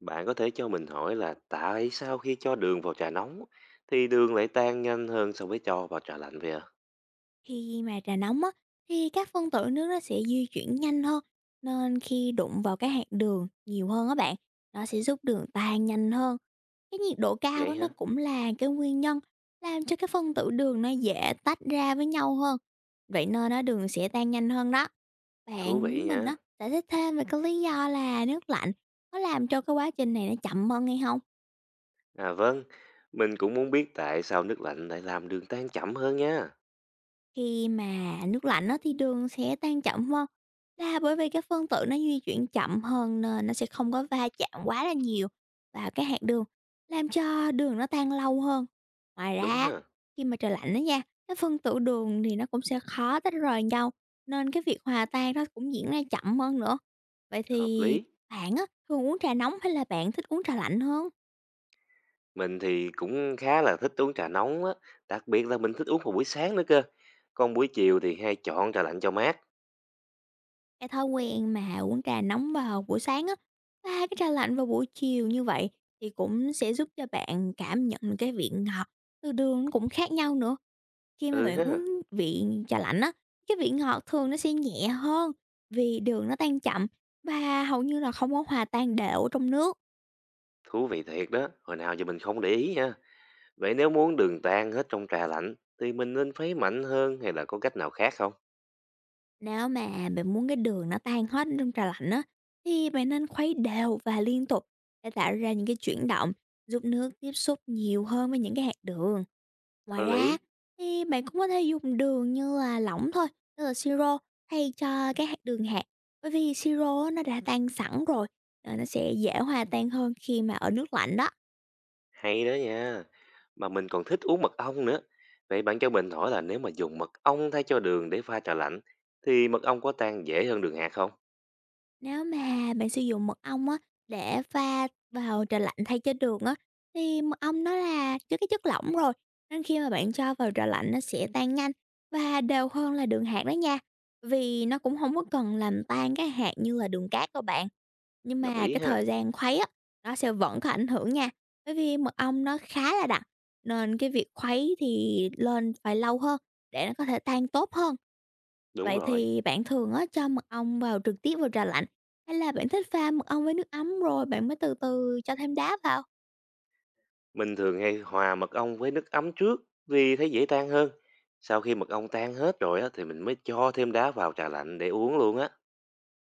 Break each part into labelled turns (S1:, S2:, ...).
S1: Bạn có thể cho mình hỏi là tại sao khi cho đường vào trà nóng thì đường lại tan nhanh hơn so với cho vào trà lạnh vậy ạ?
S2: Khi mà trà nóng á, thì các phân tử nước nó sẽ di chuyển nhanh hơn, nên khi đụng vào cái hạt đường nhiều hơn á bạn, nó sẽ giúp đường tan nhanh hơn. Cái nhiệt độ cao
S1: Vậy
S2: á, nó
S1: hả?
S2: cũng là cái nguyên nhân làm cho cái phân tử đường nó dễ tách ra với nhau hơn. Vậy nên nó đường sẽ tan nhanh hơn đó.
S1: Thú
S2: Bạn
S1: vị
S2: muốn mình
S1: nha.
S2: á, giải thích thêm về cái lý do là nước lạnh nó làm cho cái quá trình này nó chậm hơn hay không?
S1: À vâng, mình cũng muốn biết tại sao nước lạnh lại làm đường tan chậm hơn nha.
S2: Khi mà nước lạnh á, thì đường sẽ tan chậm hơn, là bởi vì cái phân tử nó di chuyển chậm hơn nên nó sẽ không có va chạm quá là nhiều vào cái hạt đường, làm cho đường nó tan lâu hơn. Ngoài
S1: Đúng
S2: ra,
S1: ha,
S2: khi mà trời lạnh đó nha, cái phân tử đường thì nó cũng sẽ khó tách rời nhau, nên cái việc hòa tan nó cũng diễn ra chậm hơn nữa. Vậy
S1: hợp
S2: thì
S1: lý.
S2: bạn á thường uống trà nóng hay là bạn thích uống trà lạnh hơn?
S1: Mình thì cũng khá là thích uống trà nóng á, đặc biệt là mình thích uống vào buổi sáng nữa cơ. Còn buổi chiều thì hay chọn trà lạnh cho mát.
S2: Cái thói quen mà uống trà nóng vào buổi sáng á, pha cái trà lạnh vào buổi chiều như vậy thì cũng sẽ giúp cho bạn cảm nhận cái vị ngọt từ đường nó cũng khác nhau nữa. Khi mà
S1: Ừ
S2: bạn
S1: ha,
S2: uống vị trà lạnh á, cái vị ngọt thường nó sẽ nhẹ hơn, vì đường nó tan chậm và hầu như là không có hòa tan đều ở trong nước.
S1: thú vị thiệt đó. Hồi nào giờ mình không để ý nha. Vậy nếu muốn đường tan hết trong trà lạnh thì mình nên khuấy mạnh hơn hay là có cách nào khác không?
S2: Nếu mà bạn muốn cái đường nó tan hết trong trà lạnh á, thì bạn nên khuấy đều và liên tục để tạo ra những cái chuyển động giúp nước tiếp xúc nhiều hơn với những cái hạt đường.
S1: Có
S2: Ngoài ra
S1: lý,
S2: thì bạn cũng có thể dùng đường như là lỏng thôi, tức là siro, thay cho cái hạt đường hạt. Bởi vì siro á, nó đã tan sẵn rồi, nó sẽ dễ hòa tan hơn khi mà ở nước lạnh đó.
S1: hay đó nha. Mà mình còn thích uống mật ong nữa. Vậy bạn cho mình hỏi là nếu mà dùng mật ong thay cho đường để pha trà lạnh thì mật ong có tan dễ hơn đường hạt không?
S2: Nếu mà bạn sử dụng mật ong á để pha vào trà lạnh thay cho đường á, thì mật ong nó là chứa cái chất lỏng rồi, nên khi mà bạn cho vào trà lạnh nó sẽ tan nhanh và đều hơn là đường hạt đó nha. Vì nó cũng không có cần làm tan cái hạt như là đường cát đâu bạn. Nhưng
S1: Đồng
S2: mà
S1: ý
S2: cái
S1: ha.
S2: thời gian khuấy á, nó sẽ vẫn có ảnh hưởng nha, bởi vì mật ong nó khá là đặc, nên cái việc khuấy thì lên phải lâu hơn để nó có thể tan tốt hơn.
S1: Đúng
S2: Vậy
S1: rồi.
S2: thì bạn thường á cho mật ong vào trực tiếp vào trà lạnh, hay là bạn thích pha mật ong với nước ấm rồi bạn mới từ từ cho thêm đá vào?
S1: Mình thường hay hòa mật ong với nước ấm trước vì thấy dễ tan hơn. Sau khi mật ong tan hết rồi á, thì mình mới cho thêm đá vào trà lạnh để uống luôn á.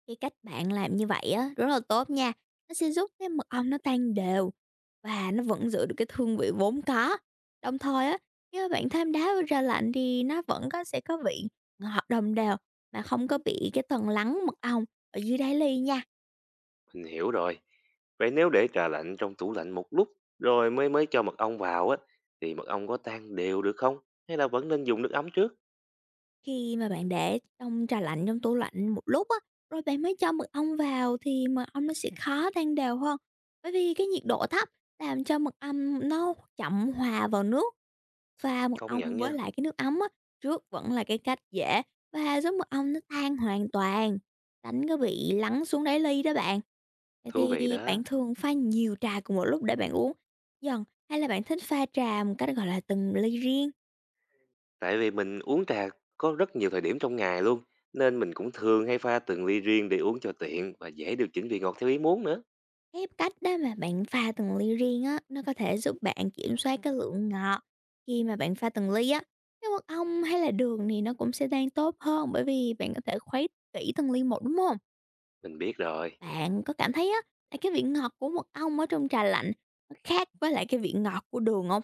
S2: Cái cách bạn làm như vậy á, rất là tốt nha, nó sẽ giúp cái mật ong nó tan đều và nó vẫn giữ được cái hương vị vốn có. Đồng thời á, nếu bạn thêm đá vô ra lạnh thì nó vẫn sẽ có vị ngọt đồng đều, mà không có bị cái tầng lắng mật ong ở dưới đáy ly nha.
S1: Mình hiểu rồi. Vậy nếu để trà lạnh trong tủ lạnh một lúc rồi mới mới cho mật ong vào á thì mật ong có tan đều được không? Hay là vẫn nên dùng nước ấm trước?
S2: Khi mà bạn để trong trà lạnh trong tủ lạnh một lúc á, rồi bạn mới cho mật ong vào thì mật ong nó sẽ khó tan đều hơn. Bởi vì cái nhiệt độ thấp làm cho mật ong nó chậm hòa vào nước. Pha mật
S1: Công nhận
S2: ong với
S1: nha,
S2: lại cái nước ấm á, trước vẫn là cái cách dễ và giúp mật ong nó tan hoàn toàn, tránh có bị lắng xuống đáy ly đó bạn. Vậy
S1: thú vị
S2: thì
S1: đó.
S2: bạn thường pha nhiều trà cùng một lúc để bạn uống dần, hay là bạn thích pha trà một cách, gọi là, từng ly riêng?
S1: Tại vì mình uống trà có rất nhiều thời điểm trong ngày luôn nên mình cũng thường hay pha từng ly riêng để uống cho tiện và dễ điều chỉnh vị ngọt theo ý muốn nữa.
S2: Cái cách đó mà bạn pha từng ly riêng á, nó có thể giúp bạn kiểm soát cái lượng ngọt khi mà bạn pha từng ly á. Cái mật ong hay là đường thì nó cũng sẽ tan tốt hơn, bởi vì bạn có thể khuấy kỹ từng ly một, đúng không?
S1: Mình biết rồi.
S2: Bạn có cảm thấy á, là cái vị ngọt của mật ong ở trong trà lạnh nó khác với lại cái vị ngọt của đường không?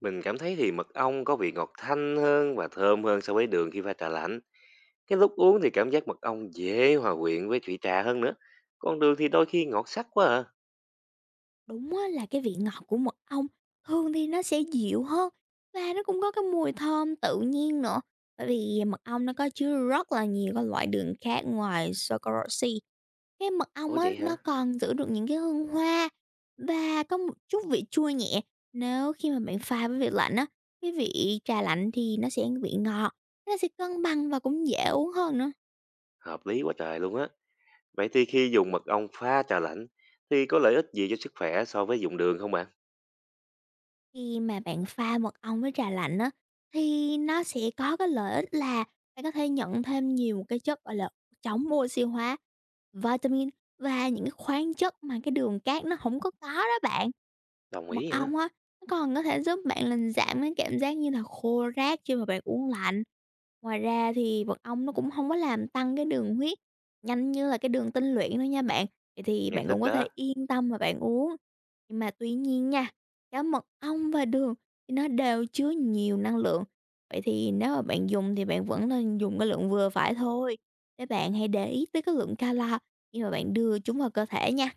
S1: Mình cảm thấy thì mật ong có vị ngọt thanh hơn và thơm hơn so với đường khi pha trà lạnh. Cái lúc uống thì cảm giác mật ong dễ hòa quyện với vị trà hơn nữa. Còn đường thì đôi khi ngọt sắc quá à.
S2: Đúng á, là cái vị ngọt của mật ong thường thì nó sẽ dịu hơn, và nó cũng có cái mùi thơm tự nhiên nữa, bởi vì mật ong nó có chứa rất là nhiều các loại đường khác ngoài Saccharose. Cái mật
S1: Ủa
S2: ong á,
S1: vậy
S2: nó
S1: hả?
S2: còn giữ được những cái hương hoa và có một chút vị chua nhẹ. Nếu khi mà bạn pha với vị lạnh á, cái vị trà lạnh thì nó sẽ vị ngọt, nó sẽ cân bằng và cũng dễ uống hơn nữa.
S1: Hợp lý quá trời luôn á. Vậy thì khi dùng mật ong pha trà lạnh thì có lợi ích gì cho sức khỏe so với dùng đường không bạn?
S2: Khi mà bạn pha mật ong với trà lạnh á, thì nó sẽ có cái lợi ích là bạn có thể nhận thêm nhiều cái chất, gọi là, chống oxy hóa, vitamin và những cái khoáng chất mà cái đường cát nó không có có đó bạn.
S1: Đồng
S2: Mật
S1: ý hả?
S2: ong á, nó còn có thể giúp bạn làm giảm cái cảm giác như là khô rát khi mà bạn uống lạnh. Ngoài ra thì mật ong nó cũng không có làm tăng cái đường huyết nhanh như là cái đường tinh luyện đâu nha bạn, vậy thì
S1: Nghe
S2: bạn cũng
S1: thích
S2: có
S1: đó.
S2: thể yên tâm mà bạn uống. Nhưng mà tuy nhiên nha, cả mật ong và đường thì nó đều chứa nhiều năng lượng, vậy thì nếu mà bạn dùng thì bạn vẫn nên dùng cái lượng vừa phải thôi, để bạn hãy để ý tới cái lượng calo khi mà bạn đưa chúng vào cơ thể nha.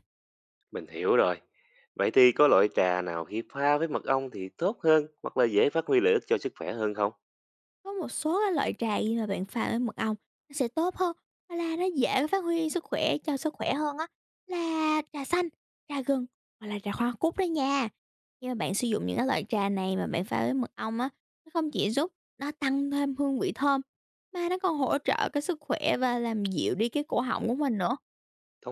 S1: Mình hiểu rồi. Vậy thì có loại trà nào khi pha với mật ong thì tốt hơn hoặc là dễ phát huy lợi ích cho sức khỏe hơn không?
S2: Có một số cái loại trà gì mà bạn pha với mật ong nó sẽ tốt hơn, đó là nó dễ phát huy sức khỏe cho sức khỏe hơn á, là trà xanh, trà gừng, hoặc là trà hoa cúc đó nha. Khi mà bạn sử dụng những cái loại trà này mà bạn pha với mật ong á, nó không chỉ giúp nó tăng thêm hương vị thơm, mà nó còn hỗ trợ cái sức khỏe và làm dịu đi cái cổ họng của mình nữa.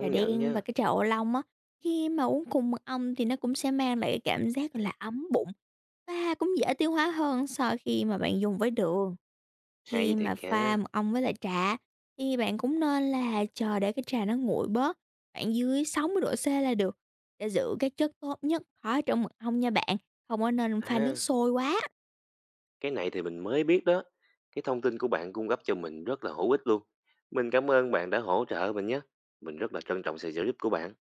S2: Trà
S1: nhận
S2: đen
S1: nha.
S2: và cái trà ô long á, khi mà uống cùng mật ong thì nó cũng sẽ mang lại cái cảm giác, là, ấm bụng và cũng dễ tiêu hóa hơn so khi mà bạn dùng với đường.
S1: Hay
S2: Khi
S1: thiệt
S2: mà pha
S1: nha.
S2: mật ong với lại trà thì bạn cũng nên là chờ để cái trà nó nguội bớt, khoảng dưới 60 độ C là được, để giữ cái chất tốt nhất có trong mật ong nha bạn, không có nên pha nước
S1: À,
S2: sôi quá.
S1: cái này thì mình mới biết đó. Cái thông tin của bạn cung cấp cho mình rất là hữu ích luôn. Mình cảm ơn bạn đã hỗ trợ mình nhé. Mình rất là trân trọng sự trợ giúp của bạn.